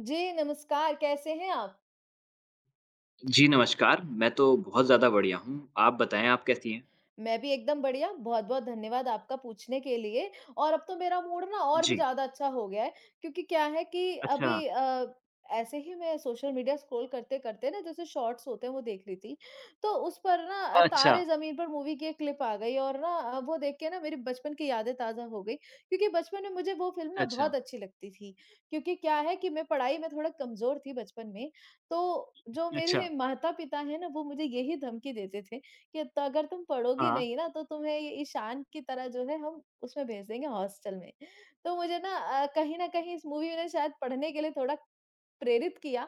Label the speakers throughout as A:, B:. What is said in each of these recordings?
A: जी, नमस्कार, कैसे हैं आप?
B: जी, नमस्कार। मैं तो बहुत ज़्यादा बढ़िया हूँ। आप बताएँ, आप कैसी हैं?
A: मैं भी एकदम बढ़िया, बहुत-बहुत धन्यवाद आपका पूछने के लिए और अब तो मेरा मूड ना और भी
B: जी।
A: ज़्यादा अच्छा हो गया है क्योंकि क्या है कि
B: अच्छा।
A: अभी ऐसे ही मैं सोशल मीडिया स्क्रॉल करते-करते ना जैसे शॉर्ट्स होते हैं वो देख रही थी, तो उस पर ना
B: अच्छा,
A: तारे ज़मीन पर मूवी की एक क्लिप आ गई और ना वो देख के ना मेरी बचपन की यादें ताज़ा हो गई क्योंकि बचपन में मुझे वो फ़िल्म ना
B: अच्छा,
A: बहुत अच्छी लगती थी। क्योंकि क्या है कि मैं पढ़ाई में थोड़ा कमज़ोर थी बचपन में, तो जो
B: अच्छा।
A: मेरे माता-पिता हैं ना वो मुझे यही धमकी देते थे कि त अगर तुम पढ़ोगी
B: हाँ।
A: नहीं ना तो तुम्हें ये ईशान की तरह जो है हम उसमें भेज देंगे हॉस्टल में। तो मुझे ना कहीं न कहीं इस मूवी ने शायद पढ़ने के लिए थोड़ा प्रेरित किया।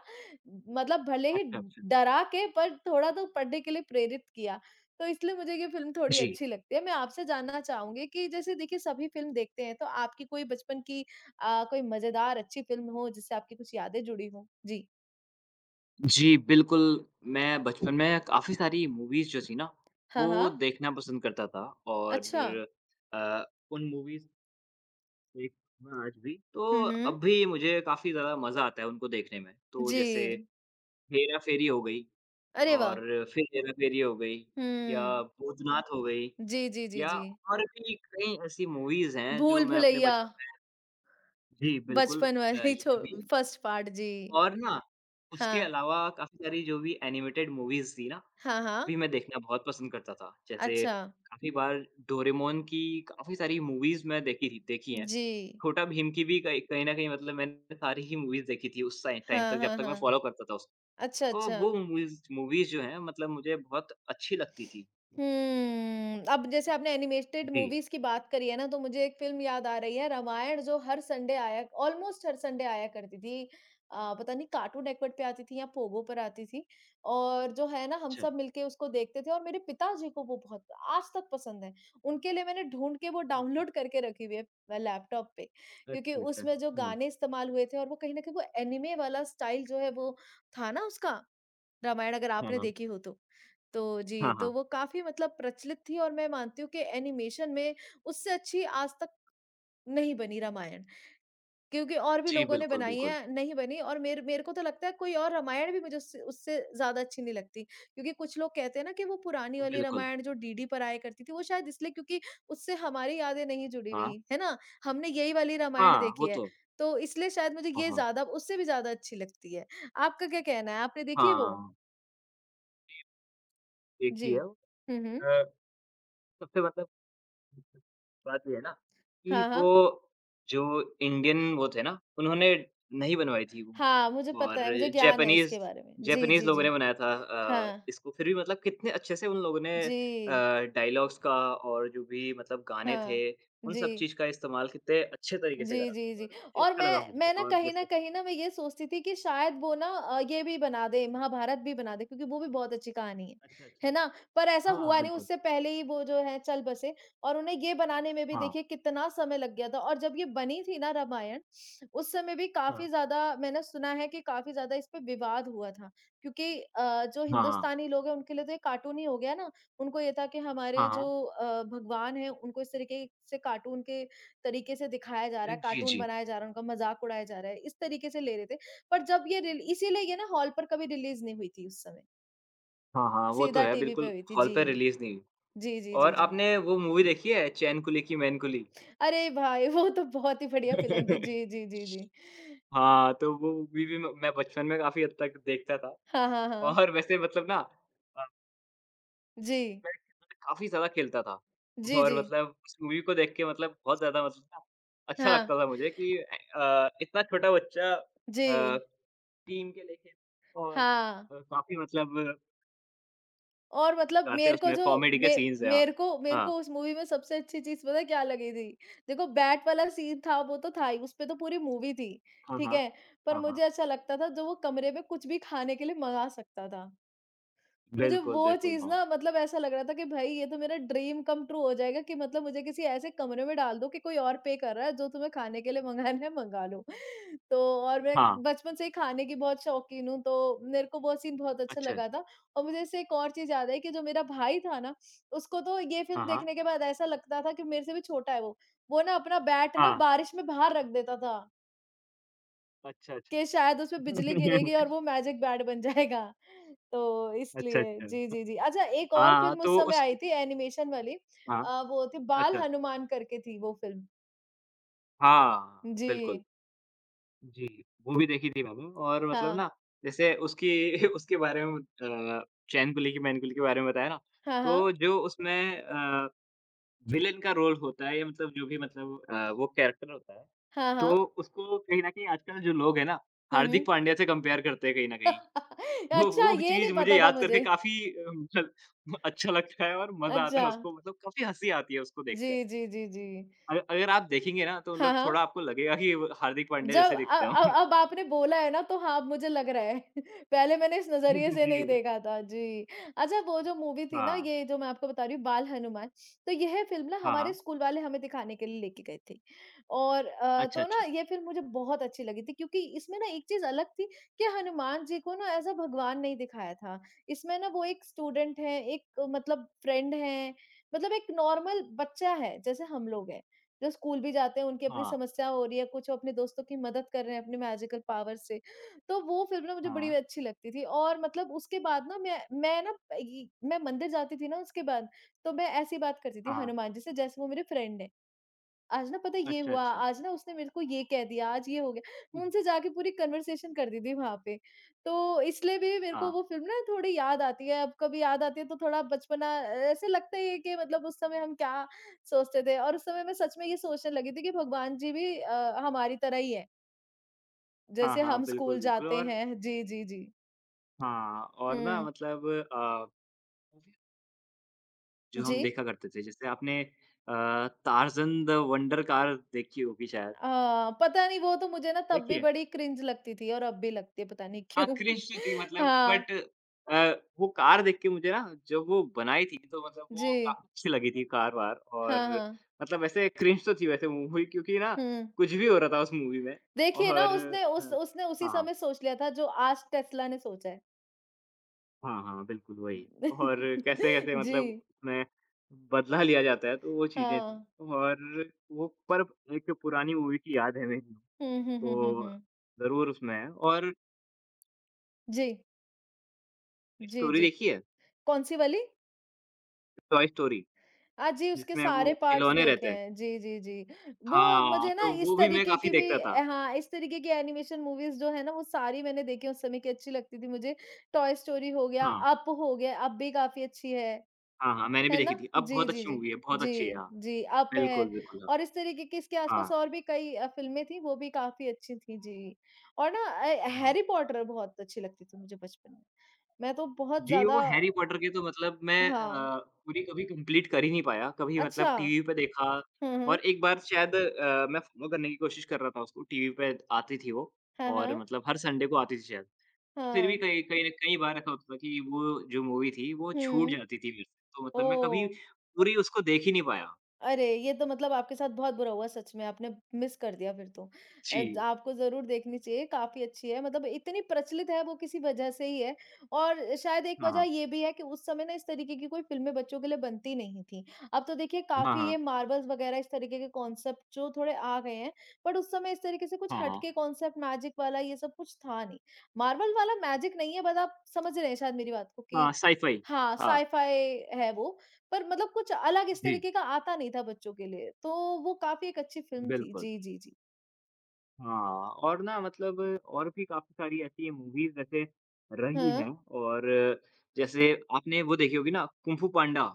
A: मतलब भले ही
B: अच्छा, अच्छा।
A: डरा के पर थोड़ा तो पढ़ने के लिए प्रेरित किया। तो इसलिए मुझे ये फ़िल्म थोड़ी
B: जी।
A: अच्छी लगती है। मैं आपसे जानना चाहूँगी कि जैसे देखिए सभी फ़िल्म देखते हैं तो आपकी कोई बचपन की कोई मज़ेदार अच्छी फ़िल्म हो जिससे आपकी कुछ यादें जुड़ी हों? जी।
B: जी, बिल्कुल, मैं बचपन में काफ़ी सारी मूवीज़ जो थी ना,
A: हाँ,
B: वो
A: हाँ।
B: देखना पसंद करता था और
A: अच्छा।
B: अ, उन मूवीज़ देखना आज भी तो
A: हुँ, हुँ।
B: अब भी मुझे काफ़ी ज़्यादा मज़ा आता है उनको देखने में। तो
A: जी।
B: जैसे हेरा-फेरी हो गई
A: अरे
B: और
A: वाह!
B: फिर हेरा-फेरी हो गई या
A: हुँ।
B: भूतनाथ हो गई।
A: जी, जी, जी,
B: या
A: जी।
B: और भी कई ऐसी मूवीज़ हैं जो
A: भूल
B: मैं अपने
A: भुलैया,
B: बचपन में जी, बिल्कुल
A: बचपन वाली छो
B: ये भी
A: फर्स्ट पार्ट जी।
B: और ना उसके
A: हाँ।
B: अलावा काफ़ी सारी जो भी एनिमेटेड मूवीज़ थी ना,
A: हाँ,
B: वो
A: हाँ।
B: भी मैं देखना बहुत पसंद करता था। जैसे
A: अच्छा।
B: काफ़ी बार डोरेमोन की काफ़ी सारी मूवीज़ मैं देखी थी देखी हैं।
A: जी।
B: छोटा भीम की भी कहीं कहीं न कहीं मतलब मैंने सारी ही मूवीज़ देखी थी उस टाइम तक
A: हाँ,
B: जब
A: हाँ,
B: तक मैं
A: हाँ।
B: फॉलो करता था उसको।
A: अच्छा,
B: तो
A: अच्छा।
B: वो मूवीज़ मूवीज़ जो हैं मतलब मुझे बहुत अच्छी लगती थी।
A: अब जैसे आपने एनिमेटेड
B: जी।
A: मूवीज़ की बात करी है ना, तो मुझे एक फ़िल्म याद आ रही है रामायण जो हर संडे आया ऑलमोस्ट हर संडे आया करती थी। पता नहीं कार्टून नेटवर्क पे आती थी या पोगो पर आती थी और जो है ना हम
B: अच्छा।
A: सब मिलके उसको देखते थे और मेरे पिताजी को वो बहुत आज तक पसंद है। उनके लिए मैंने ढूँढ के वो
B: अच्छा।
A: डाउनलोड करके रखी हुई है लैपटॉप पे क्योंकि
B: अच्छा, अच्छा।
A: उसमें जो
B: हाँ।
A: गाने इस्तेमाल हुए थे और वो कहीं न कहीं वो एनीमे वाला स्टाइल जो है वो था ना उसका। रामायण अगर
B: हाँ,
A: आपने
B: हाँ।
A: देखी हो तो। तो
B: हाँ,
A: जी, तो
B: हाँ।
A: वो काफ़ी मतलब प्रचलित थी और मैं मानती हूँ कि एनिमेशन में उससे अच्छी आज तक नहीं बनी रामायण, क्योंकि और भी
B: जी,
A: लोगों ने
B: बिल्कुल,
A: बनाई
B: बिल्कुल।
A: है, नहीं बनी और मेरे मेरे को तो लगता है कोई और रामायण भी मुझे उससे उससे ज़्यादा अच्छी नहीं लगती। क्योंकि कुछ लोग कहते हैं ना कि वो पुरानी वाली
B: बिल्कुल,
A: रामायण जो डीडी पर आया करती थी, वो शायद इसलिए क्योंकि उससे हमारी यादें नहीं जुड़ी
B: हाँ।
A: हुई, है ना? हमने यही वाली रामायण
B: हाँ,
A: देखी
B: वो
A: है,
B: तो है।
A: तो इसलिए शायद मुझे
B: हाँ,
A: ये
B: हाँ।
A: ज़्यादा उससे भी ज़्यादा अच्छी लगती है। आपका क्या कहना है? आपने देखी है वो?
B: हाँ, एक
A: जी।
B: ही है
A: हुँ, हुँ।
B: अ, सबसे मतलब बात ये है ना कि
A: हाँ,
B: वो
A: हाँ।
B: जो इंडियन वो थे ना, उन्होंने नहीं बनवाई थी वो
A: हाँ, मुझे
B: मूवी
A: पता है, मुझे
B: और
A: ज्ञान है
B: जैपनीज़
A: इसके बारे में। जी,
B: जैपनीज़
A: जी,
B: लोगों ने
A: जी।
B: बनाया था
A: हाँ।
B: इसको फिर भी मतलब कितने अच्छे से उन लोगों ने
A: जी।
B: डायलॉग्स का और जो भी मतलब गाने
A: हाँ।
B: थे, उन
A: जी।
B: सब चीज़ का इस्तेमाल कितने अच्छे तरीके से
A: जी,
B: करा
A: जी,
B: और
A: जी।
B: काफ़ी
A: और
B: अच्छा लगा
A: मैं
B: मुझे
A: मैं ना
B: और
A: कहीं न
B: जैसे
A: कहीं ना मैं ये सोचती थी कि शायद वो ना ये भी बना दें, महाभारत भी बना दें क्योंकि वो भी बहुत अच्छी कहानी
B: अच्छा, अच्छा।
A: है ना? पर ऐसा
B: हाँ,
A: हुआ नहीं,
B: बिल्कुल।
A: उससे पहले ही वो जो है चल बसे और उन्हें ये बनाने में भी
B: हाँ,
A: देखिए कितना समय लग गया था और जब ये बनी थी ना रामायण, उस समय भी काफ़ी
B: हाँ।
A: ज़्यादा मैंने सुना है कि काफ़ी ज़्यादा इस पे विवाद हुआ था क्योंकि जो
B: हाँ, हाँ।
A: हिंदुस्तानी लोग हैं उनके लिए तो ये कार्टून ही हो गया ना। उनको ये था कि
B: हाँ,
A: हमारे जो
B: हाँ।
A: भगवान हैं उनको इस तरीके से कार्टून के तरीके से दिखाया जा रहा है,
B: जी,
A: कार्टून
B: जी।
A: बनाया जा रहा है, उनका मज़ाक उड़ाया जा रहा है, इस तरीके से ले रहे थे। पर जब ये रिल इसीलिए ये ना हॉल पर कभी रिलीज़ नहीं हुई थी उस समय,
B: हाँ, हाँ, वो तो
A: सीधा
B: है
A: टीवी पे
B: बिल्कुल,
A: हुई थी।
B: हॉल
A: जी।
B: पे रिलीज़ नहीं हुई।
A: जी, जी,
B: और
A: जी, जी।
B: आपने वो मूवी देखी है चैन कुली की मैन कुली?
A: अरे भाई! वो तो बहुत ही बढ़िया फ़िल्म थी। जी, जी, जी, जी।
B: हाँ, तो वो मूवी भी म मैं बचपन में काफ़ी हद तक देखता था
A: हाँ, हाँ, हाँ।
B: और वैसे मतलब ना अ,
A: जी।
B: मैं काफ़ी ज़्यादा खेलता था
A: जी,
B: और
A: जी।
B: मतलब उस मूवी को देख के मतलब बहुत ज़्यादा मतलब ना अच्छा
A: हाँ।
B: लगता था मुझे कि ए इतना छोटा बच्चा
A: जी।
B: टीम के लिए खेल और
A: हाँ।
B: काफ़ी मतलब
A: और मतलब
B: प्रकार से
A: मेरे को
B: उसमें
A: जो
B: कॉमेडी के
A: मे
B: सीन्स हैं। हाँ।
A: मेरे को
B: हाँ।
A: उस मूवी में सबसे अच्छी चीज़ पता है क्या लगी थी? देखो बैट वाला सीन था वो तो था ही, उसपे तो पूरी मूवी थी,
B: हाँ,
A: ठीक
B: हाँ।
A: है? पर
B: हाँ, हाँ।
A: मुझे अच्छा लगता था जो वो कमरे में कुछ भी खाने के लिए मँगा सकता था। मुझे
B: बिल्कुल,
A: वो
B: बिल्कुल,
A: चीज़
B: हाँ।
A: ना मतलब ऐसा लग रहा था कि भाई ये तो मेरा ड्रीम कम ट्रू हो जाएगा कि मतलब मुझे किसी ऐसे कमरे में डाल दो कि कोई और पे कर रहा है जो तुम्हें खाने के लिए मंगाना है मंगा लो। तो और
B: हाँ,
A: मैं बचपन से ही खाने की बहुत शौकीन हूँ, तो मेरे को वो सीन बहुत अच्छा
B: अच्छा।
A: लगा था और मुझे इससे एक और चीज़ याद आई कि जो मेरा भाई था ना, उसको तो ये फ़िल्म
B: हाँ, हाँ।
A: देखने के बाद ऐसा लगता था कि मेरे से भी छोटा है वो। वो ना अपना बैट ना
B: हाँ,
A: बारिश में बाहर रख देता था।
B: अच्छा, अच्छा।
A: कि शायद उसमें बिजली गिरेगी और वो मैजिक बैट बन जाएगा। तो
B: अच्छा,
A: इसलिए। जी,
B: अच्छा।
A: जी, जी। अच्छा एक और
B: हाँ,
A: फ़िल्म उस
B: तो
A: समय
B: उस
A: आई थी एनिमेशन वाली
B: हाँ,
A: वो थी बाल
B: अच्छा।
A: हनुमान करके थी वो फ़िल्म।
B: हाँ,
A: जी।
B: बिल्कुल। जी, वो भी देखी थी मैंने और मतलब
A: हाँ।
B: ना जैसे उसकी उसके बारे में अ, चैन को लेके मैन कुली के बारे में बताया ना,
A: हाँ, हाँ।
B: तो जो उसमें विलेन का रोल होता है या मतलब जो भी मतलब वो कैरेक्टर होता है,
A: हाँ,
B: तो
A: हाँ।
B: उसको कहीं न कहीं आजकल जो लोग हैं ना,
A: हुँ,
B: हार्दिक
A: हुँ।
B: पांड्या से कंपेयर करते हैं कहीं न कहीं। वो
A: अच्छा
B: वो
A: ये
B: चीज़
A: नहीं
B: मुझे
A: पता था
B: याद करके
A: मुझे।
B: काफ़ी अ, अच्छा लगता है और मज़ा आता है
A: अच्छा।
B: उसको मतलब काफ़ी हँसी आती है उसको
A: जी,
B: देखकर।
A: जी, जी, जी।
B: अगर आप देखेंगे ना तो
A: हाँ,
B: मतलब
A: हाँ।
B: थोड़ा आपको लगेगा कि वो हार्दिक पांड्या
A: जब
B: जैसे दिखते हैं हम।
A: अब आपने बोला है ना, तो हाँ, अब मुझे लग रहा है। पहले मैंने इस नज़रिए से नहीं
B: जी।
A: देखा था। जी। अच्छा वो जो मूवी थी ना,
B: हाँ।
A: ये जो मैं आपको बता रही हूँ बाल हनुमान, तो यह फ़िल्म ना
B: हाँ,
A: हमारे
B: हाँ।
A: स्कूल वाले हमें दिखाने के लिए लेके गए थे। और
B: अच्छा,
A: तो ना
B: अच्छा।
A: ये फ़िल्म मुझे बहुत अच्छी लगी थी क्योंकि इसमें ना एक चीज़ अलग थी कि हनुमान जी को ना एज़ अ भगवान नहीं दिखाया था। इसमें ना वो एक स्टूडेंट है, एक मतलब फ्रेंड है, मतलब एक नॉर्मल बच्चा है, जैसे हम लोग हैं। जो स्कूल भी जाते हैं उनकी अपनी
B: हाँ,
A: समस्या हो रही है, कुछ वो अपने दोस्तों की मदद कर रहे हैं अपने मैजिकल पावर से। तो वो फ़िल्म ना मुझे बड़ी
B: हाँ,
A: अच्छी लगती थी और मतलब उसके बाद ना मैं ना इ मैं मंदिर जाती थी ना उसके बाद, तो मैं ऐसी बात करती थी
B: हाँ।
A: हनुमान जी से जैसे वो मेरे फ्रेंड हैं। आज ना पता है ये
B: अच्छा,
A: हुआ,
B: अच्छा।
A: आज ना उसने मेरे को ये कह दिया, आज ये हो गया।
B: हुँ,
A: मैं
B: हुँ।
A: उनसे जाके पूरी कन्वर्सेशन कर दी थी वहाँ पे। तो इसलिए भी मेरे को
B: हाँ।
A: वो फ़िल्म ना थोड़ी याद आती है, अब कभी याद आती है तो थोड़ा बचपना ऐसे लगता ही है कि मतलब उस समय हम क्या सोचते थे और उस समय मैं सच में ये सोचने लगी थी कि भगवान जी भी हमारी तरह ही हैं,
B: हाँ,
A: जैसे
B: हाँ,
A: हम
B: बिल्कुल,
A: स्कूल
B: बिल्कुल
A: जाते
B: और
A: हैं। जी, जी, जी।
B: हाँ, और ना
A: हुँ।
B: मतलब अ, जो
A: जी।
B: हम देखा करते थे जैसे आपने अ, टार्ज़न द वंडर कार देखी होगी शायद,
A: अ, पता नहीं वो तो मुझे ना तब
B: देखी
A: भी
B: है?
A: बड़ी क्रिंज लगती थी और अब भी लगती है, पता नहीं
B: हाँ,
A: क्यों?
B: क्रिश थी मतलब बट
A: हाँ।
B: अ, वो कार देख के मुझे ना जब वो बनाई थी तो मतलब
A: जी।
B: वो काफ़ी अच्छी लगी थी कार-वार और
A: हाँ, हाँ।
B: मतलब वैसे क्रिश तो थी वैसे मूवी क्योंकि ना
A: हुँ।
B: कुछ भी हो रहा था उस मूवी में
A: देखिए ना
B: और
A: उसने
B: अ,
A: उस उसने उसी
B: हाँ,
A: समय सोच लिया था जो आज टेस्ला ने सोचा है।
B: हाँ, हाँ, बिल्कुल वही और कैसे-कैसे
A: जी,
B: मतलब उसमें बदला लिया जाता है तो वो चीज़ें थी
A: हाँ।
B: और वो पर एक पुरानी मूवी की याद है मेरी
A: हुँ, हुँ, हुँ, हुँ,
B: तो
A: हुँ।
B: ज़रूर उसमें है और
A: जी, जी,
B: स्टोरी
A: जी।
B: देखी है?
A: कौन-सी वाली?
B: टॉय स्टोरी
A: जी उसके
B: जिसमें वो
A: सारे पार्ट्स
B: खिलौने
A: देखे
B: रहते हैं।
A: हैं। जी, जी, जी। वो
B: हाँ,
A: मुझे ना
B: तो
A: इस
B: वो भी मैं
A: तरीके
B: काफ़ी
A: की भी
B: देखता था।
A: हाँ, इस तरीके की एनिमेशन मूवीज़ जो है ना वो सारी मैंने देखी हैं, उस समय की अच्छी लगती थी मुझे। टॉय स्टोरी
B: हाँ,
A: हो गया, अप भी काफ़ी अच्छी है।
B: हाँ, हाँ, मैंने भी
A: है
B: देखी
A: ना?
B: थी। अब
A: जी,
B: बहुत
A: जी,
B: अच्छी
A: जी।
B: मूवी है, बहुत अच्छी है।
A: जी,
B: हाँ,
A: जी, अप है
B: बिल्कुल, बिल्कुल,
A: और इस तरीके की इसके
B: हाँ,
A: आस-पास और भी कई फ़िल्में थीं, वो भी काफ़ी अच्छी थीं, जी। और ना
B: हाँ।
A: हैरी पॉटर बहुत अच्छी लगती थी मुझे बचपन में। मैं तो बहुत
B: जी,
A: ज़्यादा
B: वो हैरी पॉटर के तो मतलब मैं
A: हाँ,
B: पूरी कभी कंप्लीट कर ही नहीं पाया, कभी
A: अच्छा।
B: मतलब टीवी पे देखा
A: हुँ, हुँ।
B: और एक बार शायद मैं फ़ॉलो करने की कोशिश कर रहा था उसको, टीवी पे आती थी वो
A: हाँ,
B: और
A: हाँ।
B: मतलब हर संडे को आती थी शायद। फिर भी
A: हाँ।
B: कई कई न कई बार ऐसा होता था कि वो जो मूवी थी, वो छूट
A: हुँ।
B: जाती थी मेरे से, तो मतलब मैं कभी
A: ओह!
B: पूरी उसको देख ही नहीं पाया।
A: अरे! ये तो मतलब आपके साथ बहुत बुरा हुआ सच में, आपने मिस कर दिया फिर तो।
B: जी,
A: आपको ज़रूर देखनी चाहिए, काफ़ी अच्छी है, मतलब इतनी प्रचलित है वो किसी वजह से ही है और शायद एक
B: हाँ,
A: वजह
B: हाँ।
A: ये भी है कि उस समय ना इस तरीके की कोई फ़िल्में बच्चों के लिए बनती नहीं थी। अब तो देखिए
B: हाँ,
A: काफ़ी
B: हाँ।
A: ये मार्वल्स वगैरह इस तरीके के कॉन्सेप्ट जो थोड़े आ गए हैं, बट उस समय इस तरीके से कुछ
B: हाँ, हाँ।
A: हटके कॉन्सेप्ट मैजिक वाला ये सब कुछ था नहीं। मार्वल वाला मैजिक नहीं है बट आप समझ रहे हैं शायद मेरी बात को
B: हाँ,
A: कि
B: साइ-फाई
A: हाँ,
B: हाँ,
A: साइ-फाई है वो पर मतलब कुछ अलग इस
B: जी।
A: तरीके का आता नहीं था बच्चों के लिए, तो वो काफ़ी एक अच्छी फ़िल्म थी।
B: बिल्कुल।
A: जी, जी, जी।
B: हाँ, और ना मतलब और भी काफ़ी सारी ऐसी मूवीज़ वैसे रही
A: हाँ।
B: हैं और जैसे आपने वो देखी होगी ना कुंग फू पांडा?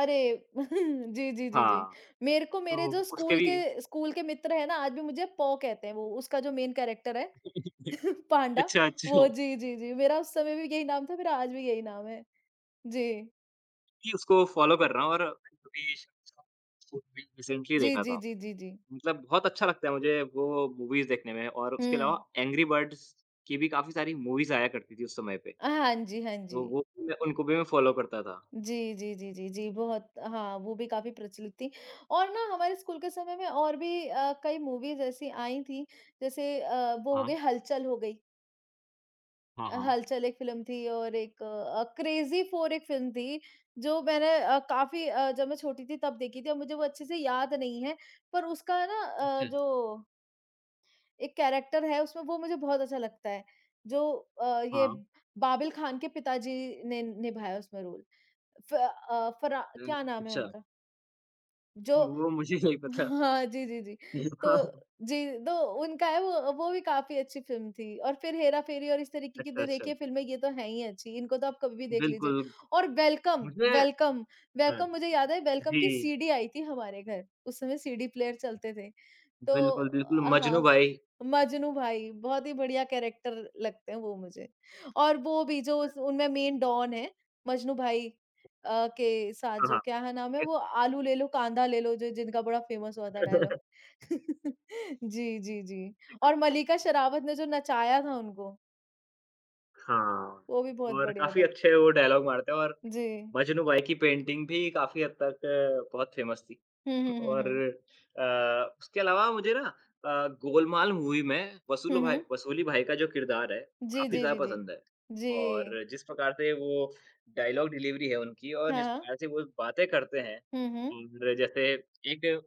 A: अरे! जी, जी, जी, जी।
B: हाँ,
A: मेरे को मेरे
B: तो
A: जो
B: उसके
A: स्कूल
B: भी
A: के स्कूल के मित्र हैं ना, आज भी मुझे पौ कहते हैं, वो उसका जो मेन कैरेक्टर है पांडा,
B: अच्छा, अच्छा।
A: वो जी, जी, जी। मेरा उस समय भी यही नाम था, मेरा आज भी यही नाम है। जी।
B: कि उसको फ़ॉलो कर रहा हूँ और अभी रिसेंटली
A: जी,
B: देखा
A: जी,
B: था।
A: जी, जी, जी।
B: मतलब बहुत अच्छा लगता है मुझे वो मूवीज़ देखने में और उसके अलावा
A: हुँ।
B: एंग्री बर्ड्स की भी काफ़ी सारी मूवीज़ आया करती थी उस समय पे,
A: हाँ जी, हाँ जी।
B: तो वो मैं उनको भी मैं फ़ॉलो करता था।
A: जी, जी, जी, जी, जी, बहुत हाँ, वो भी काफ़ी प्रचलित थी और ना हमारे स्कूल के समय में और भी कई मूवीज़ ऐसी आई थी, जैसे वो हो
B: हाँ,
A: गई हलचल हो गई।
B: हाँ, हाँ।
A: हलचल एक फ़िल्म थी और एक क्रेज़ी 4 एक फ़िल्म थी, जो मैंने जब मैं छोटी थी तब देखी थी और मुझे वो अच्छे से याद नहीं है, पर उसका ना
B: अच्छा,
A: जो एक कैरेक्टर है उसमें वो मुझे बहुत अच्छा लगता है, जो ये
B: हाँ।
A: बाबिल खान के पिताजी ने निभाया उसमें रोल। फरा
B: अ,
A: क्या नाम है
B: अच्छा,
A: उनका? जो
B: वो मुझे नहीं पता।
A: हाँ, जी, जी, जी।
B: हाँ,
A: तो जी, तो उनका है वो भी काफ़ी अच्छी फ़िल्म थी और फिर हेरा-फेरी और इस तरीके की
B: अच्छा,
A: तो
B: अच्छा,
A: देखिए फ़िल्में ये तो हैं ही अच्छी, इनको तो आप कभी भी देख लीजिए।
B: बिल्कुल।
A: और
B: मुझे हाँ,
A: वेलकम मुझे याद है वेलकम की
B: जी,
A: सीडी आई थी हमारे घर, उस समय सीडी प्लेयर चलते थे। तो
B: बिल्कुल, बिल्कुल, मजनू
A: हाँ,
B: भाई।
A: मजनू भाई बहुत ही बढ़िया कैरेक्टर लगते हैं वो मुझे। और वो भी जो
B: अ,
A: उस उनमें मेन डॉन है, मजनू भाई के साथ
B: हाँ,
A: जो
B: हाँ।
A: क्या है नाम है वो आलू ले लो, कांदा ले लो जो जिनका बड़ा फेमस हुआ था डायलॉग। जी, जी, जी। और मल्लिका शेरावत ने जो नचाया था उनको,
B: हाँ,
A: वो भी बहुत
B: और
A: बढ़िया
B: काफ़ी
A: था।
B: अच्छे वो डायलॉग मारते हैं और
A: जी।
B: मजनू भाई की पेंटिंग भी काफ़ी हद तक बहुत फेमस थी।
A: हुँ, हुँ, हुँ,
B: और
A: हुँ।
B: उसके अलावा मुझे ना गोलमाल मूवी में वसूल
A: हुँ,
B: भाई
A: हुँ।
B: वसूली भाई का जो किरदार है,
A: जी,
B: काफ़ी
A: जी,
B: ज़्यादा
A: जी, जी।
B: पसंद है।
A: जी।
B: और जिस प्रकार से वो डायलॉग डिलीवरी है उनकी और
A: हाँ,
B: जिस
A: हाँ।
B: प्रकार से वो बातें करते हैं
A: हुँ, हुँ।
B: और जैसे एक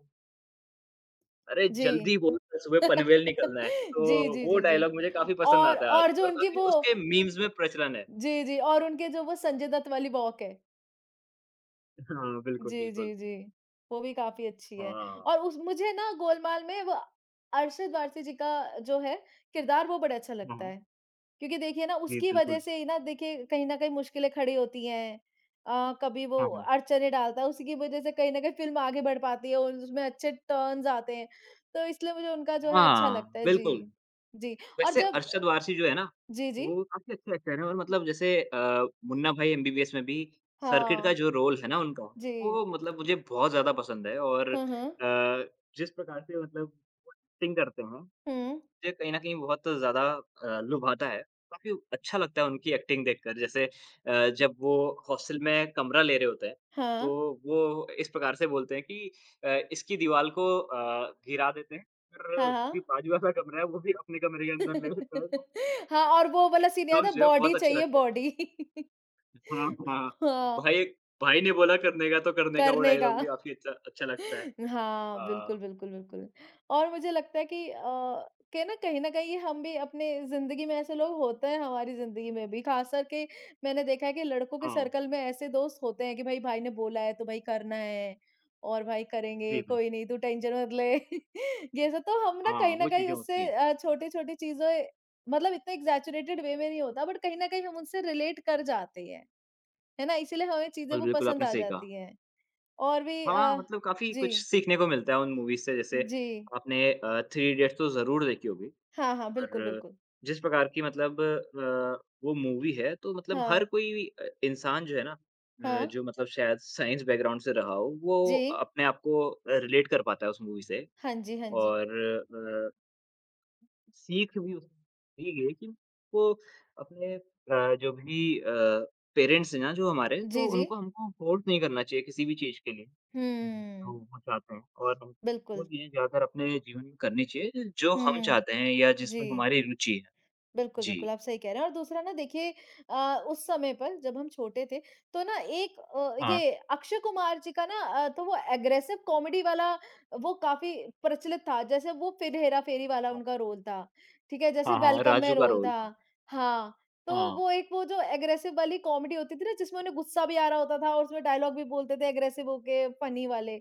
B: अरे
A: जी।
B: जल्दी बोल सुबह पनवेल निकलना है, तो
A: जी, जी,
B: वो
A: जी, जी।
B: डायलॉग मुझे काफ़ी पसंद
A: और
B: आता है आज
A: और जो
B: और
A: उनकी
B: काफ़ी
A: वो
B: उसके मीम्स में प्रचलन है।
A: जी, जी और उनके जो वो संजय दत्त वाली वॉक है।
B: हाँ, बिल्कुल,
A: जी,
B: बिल्कुल।
A: जी, जी। वो भी काफ़ी अच्छी है
B: हाँ।
A: और उस मुझे ना गोलमाल में वो अरशद वारसी जी का जो है किरदार वो बड़ा अच्छा
B: हुँ,
A: लगता
B: हुँ।
A: है। क्योंकि देखिए ना
B: जी,
A: उसकी वज़ह
B: बिल्कुल।
A: से ही ना देखिए कहीं न कहीं मुश्किलें खड़ी होती हैं। कभी वो
B: हाँ, हाँ।
A: अड़चनें डालता है, उसी की वज़ह से कहीं न कहीं फ़िल्म आगे बढ़ पाती है और उसमें अच्छे टर्न्स आते हैं। तो इसलिए मुझे उनका जो है अच्छा लगता
B: हाँ,
A: है।
B: बिल्कुल।
A: जी। जी, और
B: वैसे
A: जब
B: अरशद वारसी जो है ना,
A: जी, जी।
B: वो काफ़ी अच्छे एक्टर हैं और मतलब जैसे मुन्ना भाई एमबीबीएस में भी सर्किट का
A: हाँ,
B: जो रोल है ना उनका,
A: जी।
B: वो मतलब मुझे बहुत ज़्यादा पसंद है और
A: हुँ, हुँ।
B: जिस प्रकार से मतलब एक्टिंग करते हैं, मुझे
A: हुँ,
B: कहीं न कहीं बहुत ज़्यादा लुभाता है। काफ़ी अच्छा लगता है उनकी एक्टिंग देखकर जैसे जब वो हॉस्टल में कमरा ले रहे होते हैं,
A: हाँ।
B: तो वो इस प्रकार से बोलते हैं कि इसकी दीवाल को घिरा देते हैं
A: हाँ,
B: और
A: हाँ।
B: जो बाजू वाला कमरा है, वो भी अपने कमरे के अंदर ले लेते हैं।
A: हाँ, और वो वाला सीन याद
B: लोग
A: है
B: जो है
A: बॉडी
B: बहुत अच्छे
A: चाहिए
B: लगते हैं।
A: बॉडी।
B: हाँ, हाँ।
A: हाँ,
B: भाई भाई ने बोला करने का तो करने का वो
A: करने का।
B: डायलॉग भी काफ़ी अच्छा अच्छा लगता है।
A: हाँ, बिल्कुल,
B: अ,
A: बिल्कुल, बिल्कुल। और मुझे लगता है कि के ना कहीं न कहीं हम भी अपने ज़िंदगी में ऐसे लोग होते हैं हमारी ज़िंदगी में भी, ख़ासकर के मैंने देखा है कि लड़कों के
B: हाँ,
A: सर्कल में ऐसे दोस्त होते हैं कि भाई, भाई ने बोला है तो भाई करना है और भाई
B: जी,
A: करेंगे,
B: बिल
A: कोई नहीं तू टेंशन मत ले। ये सब तो हम ना
B: हाँ,
A: कहीं न
B: वो
A: कहीं
B: चीज़ें होती
A: उससे
B: हैं।
A: छोटी-छोटी चीज़ें मतलब इतने एक्ज़ैजरेटेड वे में नहीं होता बट कहीं न कहीं हम उनसे रिलेट कर जाते हैं, है ना? इसीलिए हमें चीज़ें
B: बिल्कुल,
A: वो
B: बिल्कुल
A: पसंद
B: आपने
A: आ
B: सही कहा।
A: जाती हैं। और भी
B: हाँ, मतलब काफ़ी
A: जी।
B: कुछ सीखने को मिलता है उन मूवीज़ से जैसे
A: जी।
B: आपने थ्री इडियट्स तो ज़रूर देखी होगी
A: हाँ, हाँ, बिल्कुल,
B: और
A: बिल्कुल।
B: जिस प्रकार की मतलब वो मूवी है तो मतलब हर
A: हाँ,
B: कोई इंसान जो है ना
A: हाँ।
B: जो मतलब शायद साइंस बैकग्राउंड से रहा हो, वो
A: जी।
B: अपने आप को रिलेट कर पाता है उस मूवी से
A: हाँ जी, हाँ जी।
B: और सीख भी उसमें दी गई कि वो अपने जो भी पेरेंट्स हैं ना जो हमारे, तो
A: जी, जी।
B: उनको हमको फोर्स नहीं करना चाहिए किसी भी चीज़ के लिए। जो
A: हुँ,
B: वो चाहते हैं और हम वो
A: बिल्कुल।
B: चीज़ें ज़्यादातर अपने जीवन में करनी चाहिए जो हम
A: हुँ,
B: चाहते हैं या
A: जी।
B: जिसमें हमारी रुचि है।
A: बिल्कुल,
B: जी।
A: बिल्कुल, आप सही कह रहे हैं और दूसरा ना देखिए उस समय पर जब हम छोटे थे, तो ना एक
B: हाँ।
A: ये अक्षय कुमार जी का ना तो वो एग्रेसिव कॉमेडी वाला वो काफ़ी प्रचलित था। जैसे वो फिर हेरा-फेरी वाला
B: हाँ।
A: उनका रोल था, ठीक है? जैसे
B: हाँ, हाँ।
A: वेलकम में
B: राजू का
A: रोल
B: रोल।
A: था। हाँ, तो
B: हाँ।
A: वो एक वो जो एग्रेसिव वाली कॉमेडी होती थी ना जिसमें उन्हें गुस्सा भी आ रहा होता था और उसमें डायलॉग भी बोलते थे एग्रेसिव होके फनी वाले,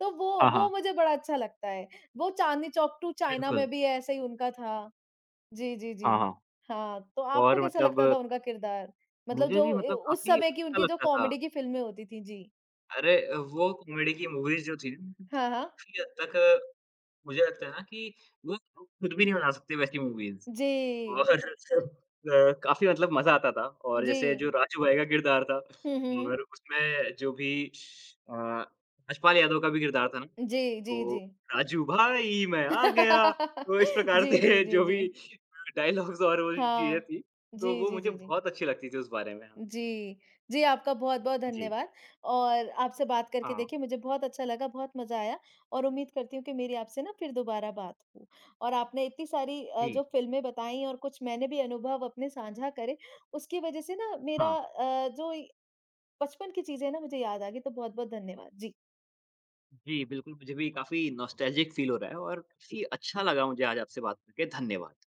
A: तो वो
B: हाँ,
A: वो
B: हाँ।
A: मुझे बड़ा अच्छा लगता है। वो चांदनी चौक टू चाइना
B: बिल्कुल।
A: में भी ऐसे ही उनका था। जी, जी, जी।
B: हाँ, हाँ।
A: हाँ, तो आपको
B: और
A: कैसा
B: मतलब
A: लगता था उनका किरदार? मतलब
B: मुझे
A: जो
B: भी
A: ए
B: मतलब
A: उस
B: काफ़ी
A: समय की
B: अच्छा
A: उनकी जो
B: लगता था।
A: कॉमेडी की फ़िल्में होती थी। जी।
B: अरे, वो कॉमेडी की मूवीज़ जो थी ना
A: हाँ, हाँ।
B: काफ़ी हद तक मुझे लगता है ना कि वो खुद भी नहीं बना सकते वैसी मूवीज़
A: जी,
B: और काफ़ी मतलब मज़ा आता था और
A: जी।
B: जैसे जो राजू भाई का किरदार था
A: हुँ, हुँ, हुँ।
B: और उसमें जो भी अ, यशपाल यादव का भी किरदार था ना,
A: जी, जी,
B: तो
A: जी।
B: राजू भाई मैं आ गया, तो इस प्रकार से
A: जी, जी, जी,
B: जो
A: जी।
B: भी डायलॉग्स और वो चीज़ें
A: हाँ।
B: थी, तो
A: जी,
B: वो
A: जी,
B: मुझे
A: जी, जी।
B: बहुत अच्छी लगती थी उस बारे में। हाँ।
A: जी। जी, आपका बहुत-बहुत
B: जी।
A: धन्यवाद और आपसे बात करके
B: हाँ।
A: देखिए मुझे बहुत अच्छा लगा, बहुत मज़ा आया और उम्मीद करती हूँ कि मेरी आपसे ना फिर दोबारा बात हो। और आपने इतनी सारी
B: जी।
A: जो फ़िल्में बताई और कुछ मैंने भी अनुभव अपने साझा करे, उसकी वजह से ना मेरा
B: हाँ।
A: जो बचपन की चीज़ें हैं ना मुझे याद आ गई, तो बहुत-बहुत धन्यवाद। जी।
B: जी, बिल्कुल, मुझे भी काफ़ी नॉस्टैल्जिक फ़ील हो रहा है और काफ़ी अच्छा लगा मुझे आज आपसे बात करके, धन्यवाद।